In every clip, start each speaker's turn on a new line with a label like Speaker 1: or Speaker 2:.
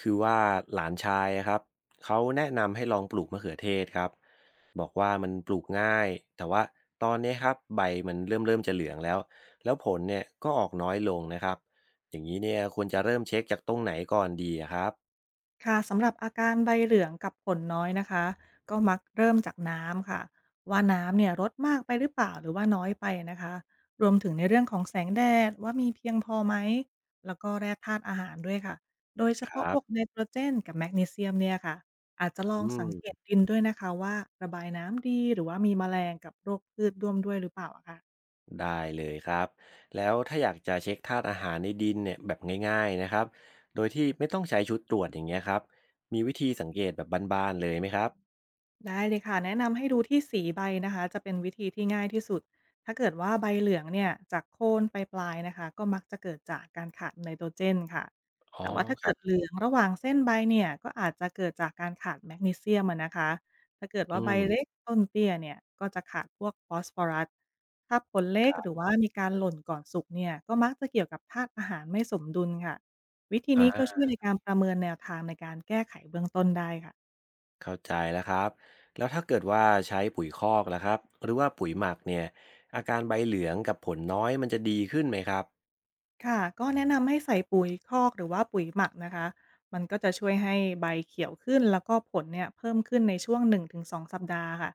Speaker 1: คือว่าหลานชายอะครับเขาแนะนำให้ลองปลูกมะเขือเทศครับบอกว่ามันปลูกง่ายแต่ว่าตอนนี้ครับใบมันเริ่มจะเหลืองแล้วแล้วผลเนี่ยก็ออกน้อยลงนะครับอย่างนี้เนี่ยควรจะเริ่มเช็คจากตรงไหนก่อนดีอะครับ
Speaker 2: ค่ะสำหรับอาการใบเหลืองกับผลน้อยนะคะก็มักเริ่มจากน้ำค่ะว่าน้ำเนี่ยลดมากไปหรือเปล่าหรือว่าน้อยไปนะคะรวมถึงในเรื่องของแสงแดดว่ามีเพียงพอไหมแล้วก็แร่ธาตุอาหารด้วยค่ะโดยเฉ
Speaker 1: ค
Speaker 2: พาะ
Speaker 1: รั
Speaker 2: พ
Speaker 1: บ
Speaker 2: วกไนโตรเจนกับแมกนีเซียมเนี่ยค่ะอาจจะลอ
Speaker 1: อื
Speaker 2: งสังเกต
Speaker 1: ม
Speaker 2: ดินด้วยนะคะว่าระบายน้ำดีหรือว่ามีแมลงกับโรคพืชร่วมด้วยหรือเปล่าอะค่ะ
Speaker 1: ได้เลยครับแล้วถ้าอยากจะเช็คธาตุอาหารในดินเนี่ยแบบง่ายๆนะครับโดยที่ไม่ต้องใช้ชุดตรวจอย่างเงี้ยครับมีวิธีสังเกตแบบบ้านๆเลยไหมครับ
Speaker 2: ได้เลยค่ะแนะนำให้ดูที่สีใบนะคะจะเป็นวิธีที่ง่ายที่สุดถ้าเกิดว่าใบเหลืองเนี่ยจากโคนไปปลายนะคะก็มักจะเกิดจากการขาดไนโตรเจนค่ะ
Speaker 1: อ๋อ
Speaker 2: แต่ว่าถ้า
Speaker 1: ครั
Speaker 2: เกิด
Speaker 1: บ
Speaker 2: เหลืองระหว่างเส้นใบเนี่ยก็อาจจะเกิดจากการขาดแมกนีเซียมอะนะคะถ้าเกิด
Speaker 1: อื
Speaker 2: ว่าใบ
Speaker 1: ม
Speaker 2: เล็กต้นเตี้ยเนี่ยก็จะขาดพวกฟอสฟอรัสถ้าผลเล็
Speaker 1: ค
Speaker 2: ก
Speaker 1: รั
Speaker 2: หรือ
Speaker 1: บ
Speaker 2: ว่ามีการหล่นก่อนสุกเนี่ยก็มักจะเกี่ยวกับธาตุอาหารไม่สมดุลค่ะวิธี
Speaker 1: อ่า
Speaker 2: นี้ก็ช่วยในการประเมินแนวทางในการแก้ไขเบื้องต้นได้ค่ะ
Speaker 1: เข้าใจแล้วครับแล้วถ้าเกิดว่าใช้ปุ๋ยคอกล่ะครับหรือว่าปุ๋ยหมักเนี่ยอาการใบเหลืองกับผลน้อยมันจะดีขึ้นไหมครับ
Speaker 2: ค่ะก็แนะนำให้ใส่ปุ๋ยคอกหรือว่าปุ๋ยหมักนะคะมันก็จะช่วยให้ใบเขียวขึ้นแล้วก็ผลเนี่ยเพิ่มขึ้นในช่วง1-2สองสัปดาห์ค่ะ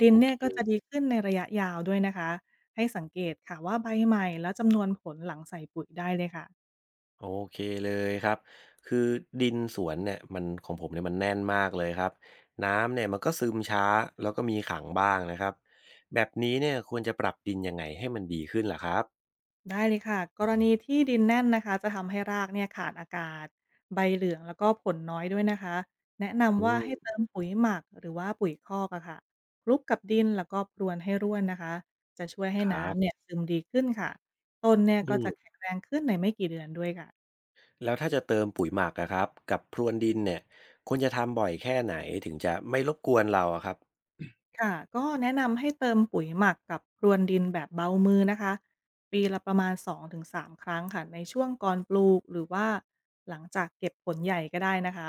Speaker 2: ดิ
Speaker 1: โอ
Speaker 2: น
Speaker 1: เค
Speaker 2: เนี่ยก็จะดีขึ้นในระยะยาวด้วยนะคะให้สังเกตค่ะว่าใบใหม่และจำนวนผลหลังใส่ปุ๋ยได้เลยค่ะ
Speaker 1: โอเคเลยครับคือดินสวนเนี่ยมันของผมเนี่ยมันแน่นมากเลยครับน้ำเนี่ยมันก็ซึมช้าแล้วก็มีขังบ้างนะครับแบบนี้เนี่ยควรจะปรับดินยังไงให้มันดีขึ้นล่ะครับ
Speaker 2: ได้เลยค่ะกรณีที่ดินแน่นนะคะจะทำให้รากเนี่ยขาดอากาศใบเหลืองแล้วก็ผลน้อยด้วยนะคะแนะ
Speaker 1: อื
Speaker 2: นำว่าให้
Speaker 1: ม
Speaker 2: เติมปุ๋ยหมักหรือว่าปุ๋ยคอกอะค่ะคลุกกับดินแล้วก็พรวนให้ร่วนนะคะจะช่วยให้
Speaker 1: ครั
Speaker 2: น้ำ
Speaker 1: บ
Speaker 2: เนี่ยซึมดีขึ้นค่ะต้นเนี่ย
Speaker 1: อื
Speaker 2: ก็
Speaker 1: ม
Speaker 2: จะแข็งแรงขึ้นในไม่กี่เดือนด้วยค่ะ
Speaker 1: แล้วถ้าจะเติมปุ๋ยหมักอะครับกับพรวนดินเนี่ยควรจะทำบ่อยแค่ไหนถึงจะไม่รบกวนเราอะครับ
Speaker 2: ค่ะก็แนะนำให้เติมปุ๋ยหมักกับพรวนดินแบบเบามือนะคะปีละประมาณ2-3ครั้งค่ะในช่วงก่อนปลูกหรือว่าหลังจากเก็บผลใหญ่ก็ได้นะคะ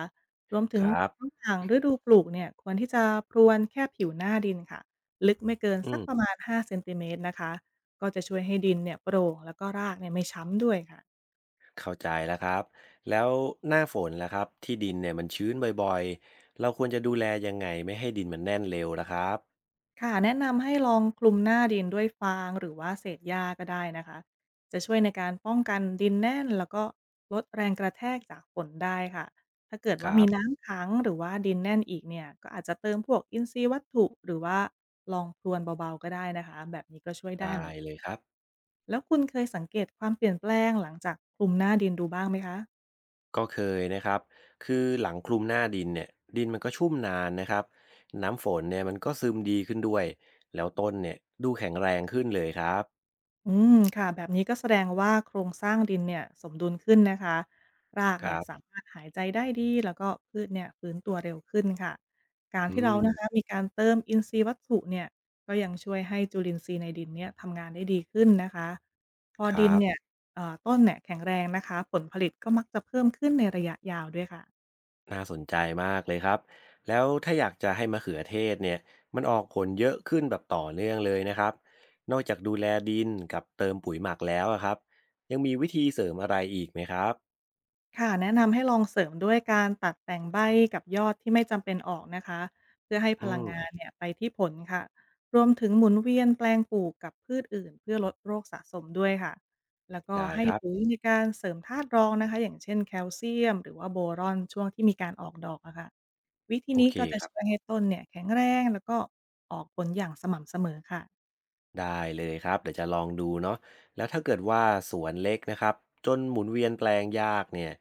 Speaker 2: รวมถึ
Speaker 1: ค
Speaker 2: ง
Speaker 1: รับ
Speaker 2: ระหว่างฤดูปลูกเนี่ยควรที่จะพรวนแค่ผิวหน้าดินค่ะลึกไม่เกิน
Speaker 1: อื
Speaker 2: สัก
Speaker 1: ม
Speaker 2: ประมาณ5เซนติเมตรนะคะก็จะช่วยให้ดินเนี่ยโปร่งแล้วก็รากเนี่ยไม่ช้ำด้วยค่ะ
Speaker 1: เข้าใจแล้วครับแล้วหน้าฝนล่ะครับที่ดินเนี่ยมันชื้นบ่อยๆเราควรจะดูแลยังไงไม่ให้ดินมันแน่นเร็วล่ะครับ
Speaker 2: ค่ะแนะนำให้ลองคลุมหน้าดินด้วยฟางหรือว่าเศษหญ้าก็ได้นะคะจะช่วยในการป้องกันดินแน่นแล้วก็ลดแรงกระแทกจากฝนได้ค่ะถ้าเกิด
Speaker 1: ค
Speaker 2: ว่า
Speaker 1: รั
Speaker 2: มี
Speaker 1: บ
Speaker 2: น้ำขังหรือว่าดินแน่นอีกเนี่ยก็อาจจะเติมพวกอินทรีย์วัตถุหรือว่าลองพรวนเบาๆก็ได้นะคะแบบนี้ก็ช่วยได้
Speaker 1: ได้
Speaker 2: เหมือนกั
Speaker 1: เล
Speaker 2: น
Speaker 1: ยครับ
Speaker 2: แล้วคุณเคยสังเกตความเปลี่ยนแปลงหลังจากคลุมหน้าดินดูบ้างไหมคะ
Speaker 1: ก็เคยนะครับคือหลังคลุมหน้าดินเนี่ยดินมันก็ชุ่มนานนะครับน้ำฝนเนี่ยมันก็ซึมดีขึ้นด้วยแล้วต้นเนี่ยดูแข็งแรงขึ้นเลยครับ
Speaker 2: อืมค่ะแบบนี้ก็แสดงว่าโครงสร้างดินเนี่ยสมดุลขึ้นนะคะราก
Speaker 1: ค
Speaker 2: เนี่
Speaker 1: รั
Speaker 2: ยสา
Speaker 1: บ
Speaker 2: มารถหายใจได้ดีแล้วก็พืชเนี่ยฟื้นตัวเร็วขึ้นค่ะการ
Speaker 1: อื
Speaker 2: ที่เรา
Speaker 1: ม
Speaker 2: นะคะมีการเติมอินทรีย์วัตถุเนี่ยก็ยังช่วยให้จุลินทรีย์ในดินเนี่ยทำงานได้ดีขึ้นนะคะพอ
Speaker 1: ค
Speaker 2: ดิ
Speaker 1: รั
Speaker 2: น
Speaker 1: บ
Speaker 2: เนี่ยต้นเนี่ยแข็งแรงนะคะผลผลิตก็มักจะเพิ่มขึ้นในระยะยาวด้วยค่ะ
Speaker 1: น่าสนใจมากเลยครับแล้วถ้าอยากจะให้มะเขือเทศเนี่ยมันออกผลเยอะขึ้นแบบต่อเนื่องเลยนะครับนอกจากดูแลดินกับเติมปุ๋ยหมักแล้วอะครับยังมีวิธีเสริมอะไรอีกไหมครับ
Speaker 2: ค่ะแนะนำให้ลองเสริมด้วยการตัดแต่งใบกับยอดที่ไม่จำเป็นออกนะคะเพื่อให้
Speaker 1: อื
Speaker 2: พลังงาน
Speaker 1: ม
Speaker 2: เนี่ยไปที่ผลค่ะรวมถึงหมุนเวียนแปลงปลูกกับพืชอื่นเพื่อลดโรคสะสมด้วยค่ะแล้วก็
Speaker 1: ได้
Speaker 2: ให้
Speaker 1: ครับ
Speaker 2: ปุ๋ยในการเสริมธาตุรองนะคะอย่างเช่นแคลเซียมหรือว่าโบรอนช่วงที่มีการออกดอกอะค่ะวิธี
Speaker 1: โอ
Speaker 2: นี้
Speaker 1: เค
Speaker 2: ก็จะ
Speaker 1: ครับ
Speaker 2: ช่วยให้ต้นเนี่ยแข็งแรงแล้วก็ออกผลอย่างสม่ำเสมอค่ะ
Speaker 1: ได้เลยครับเดี๋ยวจะลองดูเนาะแล้วถ้าเกิดว่าสวนเล็กนะครับจนหมุนเวียนแปลงยากเนี่ย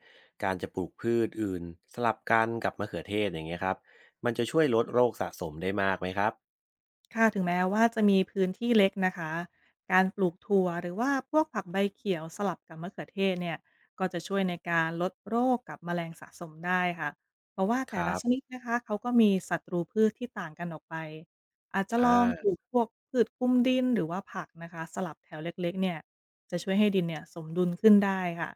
Speaker 1: การจะปลูกพืชอื่นสลับกันกับมะเขือเทศอย่างเงี้ยครับมันจะช่วยลดโรคสะสมได้มากไหมครับ
Speaker 2: ค่ะถึงแม้ว่าจะมีพื้นที่เล็กนะคะการปลูกถั่วหรือว่าพวกผักใบเขียวสลับกับมะเขือเทศเนี่ยก็จะช่วยในการลดโรคกับแมลงสะสมได้ค่ะเพราะว่า
Speaker 1: ค
Speaker 2: แต่
Speaker 1: รั
Speaker 2: ละชนิ
Speaker 1: บ
Speaker 2: ดนะคะเขาก็มีศัตรูพืชที่ต่างกันออกไปอาจจะ
Speaker 1: อ
Speaker 2: ลองป
Speaker 1: ่า
Speaker 2: ลูกพวกพืชคุ้มดินหรือว่าผักนะคะสลับแถวเล็กๆเนี่ยจะช่วยให้ดินเนี่ยสมดุลขึ้นได้ค่ะ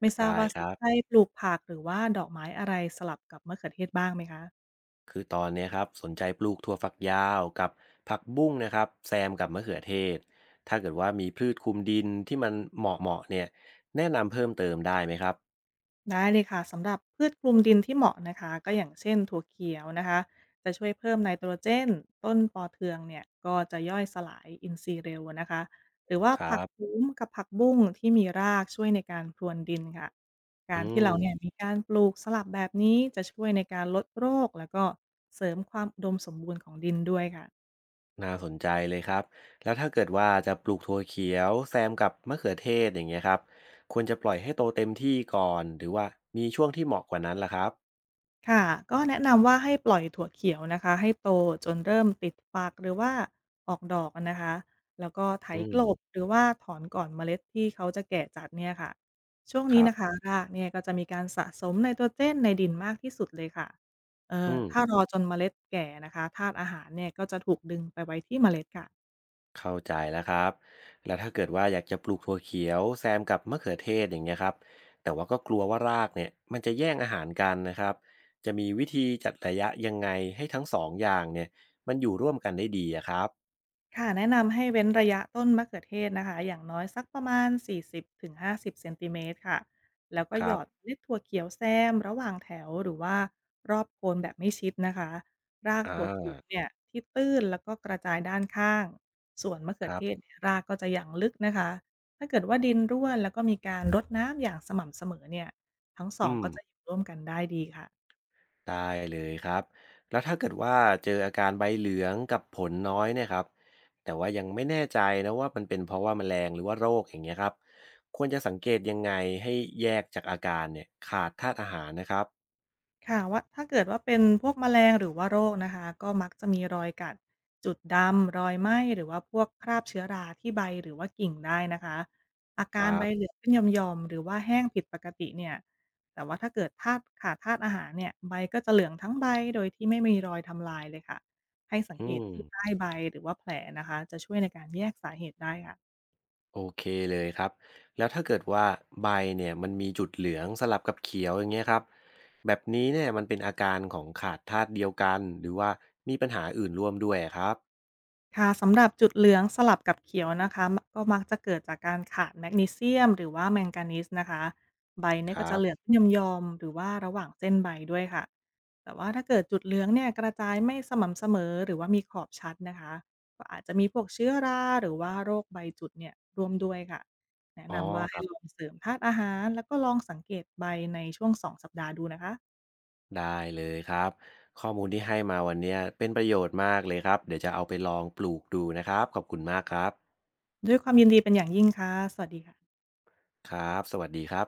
Speaker 2: ไม่ทราบ
Speaker 1: ได้
Speaker 2: ว่า
Speaker 1: ค
Speaker 2: ส
Speaker 1: รั
Speaker 2: นใจ
Speaker 1: บ
Speaker 2: ปลูกผักหรือว่าดอกไม้อะไรสลับกับมะเขือเทศบ้างไหมคะ
Speaker 1: คือตอนเนี้ยครับสนใจปลูกถั่วฝักยาวกับผักบุ้งนะครับแซมกับมะเขือเทศถ้าเกิดว่ามีพืชคลุมดินที่มันเหมาะเนี่ยแนะนำเพิ่มเติมได้ไหมครับ
Speaker 2: ได้เลยค่ะสำหรับพืชคลุมดินที่เหมาะนะคะก็อย่างเช่นถั่วเขียวนะคะจะช่วยเพิ่มไนโตรเจนต้นปอเทืองเนี่ยก็จะย่อยสลายอินทรีย์เร็วนะคะหรือว่า
Speaker 1: ครั
Speaker 2: ผัก
Speaker 1: บ
Speaker 2: คุ้มกับผักบุ้งที่มีรากช่วยในการพรวนดินค่ะ
Speaker 1: อื
Speaker 2: การที่
Speaker 1: ม
Speaker 2: เราเนี่ยมีการปลูกสลับแบบนี้จะช่วยในการลดโรคแล้วก็เสริมความอุดมสมบูรณ์ของดินด้วยค่ะ
Speaker 1: น่าสนใจเลยครับแล้วถ้าเกิดว่าจะปลูกถั่วเขียวแซมกับมะเขือเทศอย่างเงี้ยครับควรจะปล่อยให้โตเต็มที่ก่อนหรือว่ามีช่วงที่เหมาะกว่านั้นล่ะครับ
Speaker 2: ค่ะก็แนะนำว่าให้ปล่อยถั่วเขียวนะคะให้โตจนเริ่มติดฝักหรือว่าออกดอกอะนะคะแล้วก็ไถ
Speaker 1: อื
Speaker 2: กลบ
Speaker 1: ม
Speaker 2: หรือว่าถอนก่อนเมล็ดที่เขาจะแก่จัดเนี่ยค่ะช่วง
Speaker 1: ค
Speaker 2: นี้
Speaker 1: รับ
Speaker 2: นะคะรากเนี่ยก็จะมีการสะสมไนโตรเจนในดินมากที่สุดเลยค่ะ
Speaker 1: อืม
Speaker 2: ถ้ารอจนเมล็ดแก่นะคะธาตุอาหารเนี่ยก็จะถูกดึงไปไว้ที่เมล็ดค่ะ
Speaker 1: เข้าใจแล้วครับ แล้วถ้าเกิดว่าอยากจะปลูกถั่วเขียวแซมกับมะเขือเทศอย่างเงี้ยครับแต่ว่าก็กลัวว่ารากเนี่ยมันจะแย่งอาหารกันนะครับจะมีวิธีจัดระยะยังไงให้ทั้งสองอย่างเนี่ยมันอยู่ร่วมกันได้ดีอะครับ
Speaker 2: ค่ะแนะนำให้เว้นระยะต้นมะเขือเทศนะคะอย่างน้อยสักประมาณ40-50เซนติเมตรค่ะแล้วก็
Speaker 1: ค
Speaker 2: หย
Speaker 1: รั
Speaker 2: อด
Speaker 1: บ
Speaker 2: เมล็ดถั่วเขียวแซมระหว่างแถวหรือว่ารอบโคนแบบไม่ชิดนะคะราก
Speaker 1: อ่
Speaker 2: ถั่วเขียว
Speaker 1: า
Speaker 2: เนี่ยที่ตื้นแล้วก็กระจายด้านข้างส่วนมะเขื
Speaker 1: ค
Speaker 2: อ
Speaker 1: รั
Speaker 2: เท
Speaker 1: บ
Speaker 2: ศเนี่ยรากก็จะอย่างลึกนะคะถ้าเกิดว่าดินร่วนแล้วก็มีการรดน้ำอย่างสม่ำเสมอเนี่ยทั้งสอ
Speaker 1: อื
Speaker 2: ง
Speaker 1: ม
Speaker 2: ก็จะอยู่ร่วมกันได้ดีค่ะ
Speaker 1: ได้เลยครับแล้วถ้าเกิดว่าเจออาการใบเหลืองกับผลน้อยเนี่ยครับแต่ว่ายังไม่แน่ใจนะว่ามันเป็นเพราะว่าแมลงหรือว่าโรคอย่างเงี้ยครับควรจะสังเกตยังไงให้แยกจากอาการเนี่ยขาดธาตุอาหารนะครับ
Speaker 2: ค่ะว่าถ้าเกิดว่าเป็นพวกแมลงหรือว่าโรคนะคะก็มักจะมีรอยกัดจุดดำรอยไหม้หรือว่าพวกคราบเชื้อราที่ใบหรือว่ากิ่งได้นะคะอา
Speaker 1: ค
Speaker 2: การ
Speaker 1: รั
Speaker 2: ใบ
Speaker 1: บ
Speaker 2: เหลืองขึ้นหย่อมๆหรือว่าแห้งผิดปกติเนี่ยแต่ว่าถ้าเกิดธาตุขาดธาตุอาหารเนี่ยใบก็จะเหลืองทั้งใบโดยที่ไม่มีรอยทำลายเลยค่ะให้สังเก
Speaker 1: อื
Speaker 2: ต
Speaker 1: ม
Speaker 2: ที่ใต้ใบหรือว่าแผลนะคะจะช่วยในการแยกสาเหตุได้ค่ะ
Speaker 1: โอเคเลยครับแล้วถ้าเกิดว่าใบเนี่ยมันมีจุดเหลืองสลับกับเขียวอย่างเงี้ยครับแบบนี้เนี่ยมันเป็นอาการของขาดธาตุเดียวกันหรือว่ามีปัญหาอื่นร่วมด้วยครับ
Speaker 2: ค่ะสำหรับจุดเหลืองสลับกับเขียวนะคะมก็มักจะเกิดจากการขาดแมกนีเซียมหรือว่าแมงกานีสนะคะใบ
Speaker 1: ค
Speaker 2: เนี่ยก็
Speaker 1: รั
Speaker 2: จะเหลือง
Speaker 1: บ
Speaker 2: ขึ้นยอมๆหรือว่าระหว่างเส้นใบด้วยค่ะแต่ว่าถ้าเกิดจุดเหลืองเนี่ยกระจายไม่สม่ำเสมอหรือว่ามีขอบชัดนะคะก็อาจจะมีพวกเชื้อราหรือว่าโรคใบจุดเนี่ยรวมด้วยค่ะแนะ
Speaker 1: อ๋อ
Speaker 2: นำว่า
Speaker 1: ครั
Speaker 2: ให้ล
Speaker 1: บ
Speaker 2: องเสริมธาตุอาหารแล้วก็ลองสังเกตใบในช่วง2 สัปดาห์ดูนะคะ
Speaker 1: ได้เลยครับข้อมูลที่ให้มาวันเนี้ยเป็นประโยชน์มากเลยครับเดี๋ยวจะเอาไปลองปลูกดูนะครับขอบคุณมากครับ
Speaker 2: ด้วยความยินดีเป็นอย่างยิ่งค่ะสวัสดีค่ะ
Speaker 1: ครับสวัสดีครับ